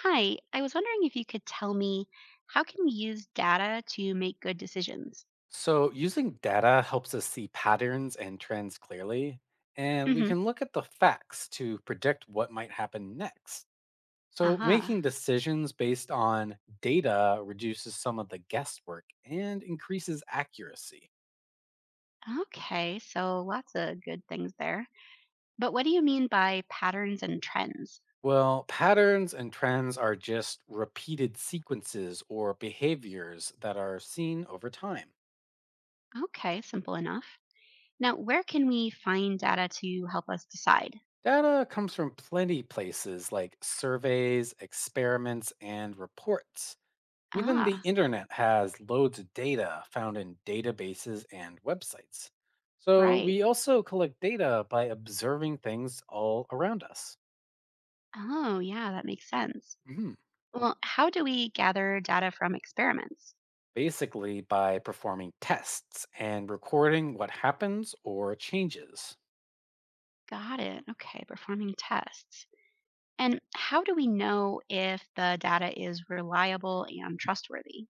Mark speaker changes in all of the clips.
Speaker 1: Hi, I was wondering if you could tell me how can we use data to make good decisions?
Speaker 2: So, using data helps us see patterns and trends clearly, and we
Speaker 1: Hmm.
Speaker 2: can look at the facts to predict what might happen next. So,
Speaker 1: Aha.
Speaker 2: making decisions based on data reduces some of the guesswork and increases accuracy.
Speaker 1: Okay, so lots of good things there. But what do you mean by patterns and trends?
Speaker 2: Well, patterns and trends are just repeated sequences or behaviors that are seen over time.
Speaker 1: Okay, simple enough. Now, where can we find data to help us decide?
Speaker 2: Data comes from plenty places like surveys, experiments, and reports. Even the
Speaker 1: Ah,
Speaker 2: internet has loads of data found in databases and websites. So
Speaker 1: right.
Speaker 2: we also collect data by observing things all around us.
Speaker 1: Oh, yeah, that makes sense.
Speaker 2: Mhm.
Speaker 1: Well, how do we gather data from experiments?
Speaker 2: Basically, by performing tests and recording what happens or changes.
Speaker 1: Got it. Okay, performing tests. And how do we know if the data is reliable and trustworthy?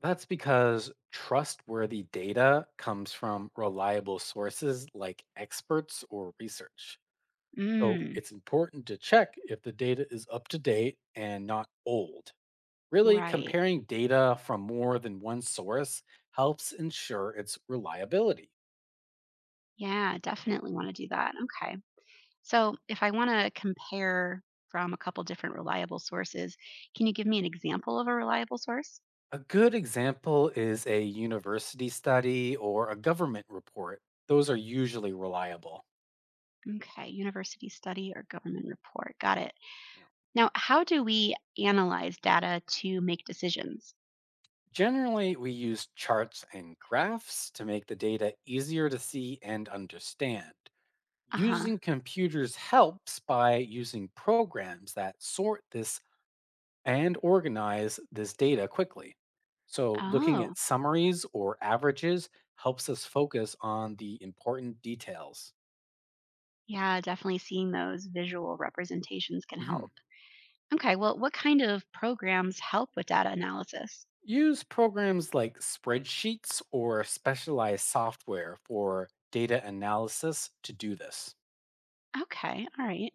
Speaker 2: That's because trustworthy data comes from reliable sources like experts or research. So
Speaker 1: Mm,
Speaker 2: it's important to check if the data is up to date and not old. Really,
Speaker 1: right.
Speaker 2: comparing data from more than one source helps ensure its reliability.
Speaker 1: Yeah, definitely want to do that. Okay. So if I want to compare from a couple different reliable sources, can you give me an example of a reliable source?
Speaker 2: A good example is a university study or a government report. Those are usually reliable.
Speaker 1: Okay, university study or government report. Got it.
Speaker 2: Yeah.
Speaker 1: Now, how do we analyze data to make decisions?
Speaker 2: Generally, we use charts and graphs to make the data easier to see and understand.
Speaker 1: Uh huh.
Speaker 2: Using computers helps by using programs that sort this and organize this data quickly. So, looking
Speaker 1: Oh,
Speaker 2: at summaries or averages helps us focus on the important details.
Speaker 1: yeah, definitely seeing those visual representations can
Speaker 2: Mhm.
Speaker 1: help. Okay, well, what kind of programs help with data analysis?
Speaker 2: Use programs like spreadsheets or specialized software for data analysis to do this.
Speaker 1: Okay, all right.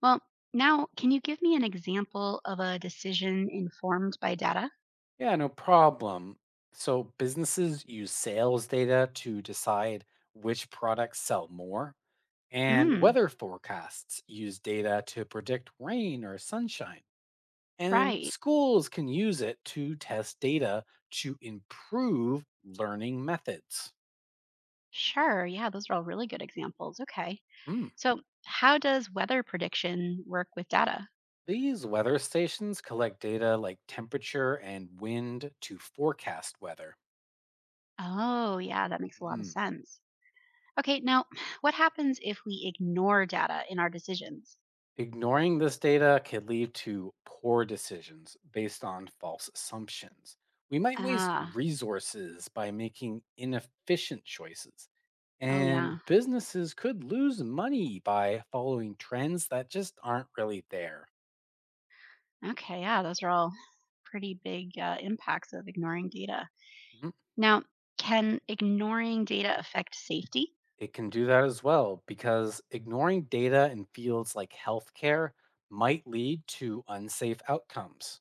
Speaker 1: Well, now can you give me an example of a decision informed by data?
Speaker 2: Yeah, no problem. So, businesses use sales data to decide which products sell more, and
Speaker 1: Mm,
Speaker 2: weather forecasts use data to predict rain or sunshine. And
Speaker 1: right.
Speaker 2: schools can use it to test data to improve learning methods.
Speaker 1: Sure. Yeah, those are all really good examples. Okay.
Speaker 2: Hmm.
Speaker 1: So, how does weather prediction work with data?
Speaker 2: These weather stations collect data like temperature and wind to forecast weather.
Speaker 1: Oh, yeah, that makes a lot of
Speaker 2: Hmm.
Speaker 1: sense. Okay, now what happens if we ignore data in our decisions?
Speaker 2: Ignoring this data can lead to poor decisions based on false assumptions. We might waste
Speaker 1: Ah,
Speaker 2: resources by making inefficient choices.
Speaker 1: oh, yeah.
Speaker 2: And businesses could lose money by following trends that just aren't really there.
Speaker 1: Okay, yeah, those are all pretty big impacts of ignoring data.
Speaker 2: Mhm.
Speaker 1: Now, can ignoring data affect safety?
Speaker 2: It can do that as well because ignoring data in fields like healthcare might lead to unsafe outcomes.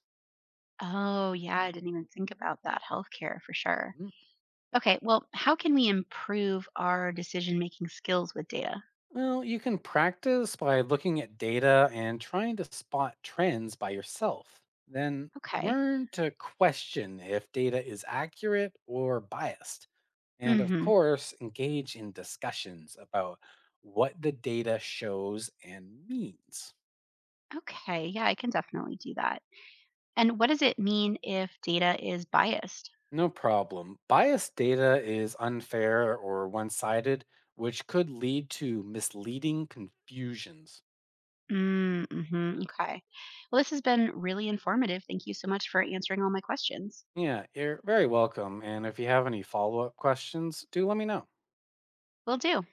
Speaker 1: Oh, yeah, I didn't even think about that. Healthcare for sure.
Speaker 2: Mhm.
Speaker 1: Okay, well, how can we improve our decision making skills with data?
Speaker 2: Well, you can practice by looking at data and trying to spot trends by yourself. Then
Speaker 1: Okay.
Speaker 2: learn to question if data is accurate or biased. And okay, of
Speaker 1: Mhm.
Speaker 2: course, engage in discussions about what the data shows and means.
Speaker 1: Okay, yeah, I can definitely do that. And what does it mean if data is biased?
Speaker 2: No problem. Biased data is unfair or one sided, which could lead to misleading confusions.
Speaker 1: Mm, mhm. Okay. Well, this has been really informative. Thank you so much for answering all my questions.
Speaker 2: Yeah, you're very welcome. And if you have any follow up questions, do let me know.
Speaker 1: Will do.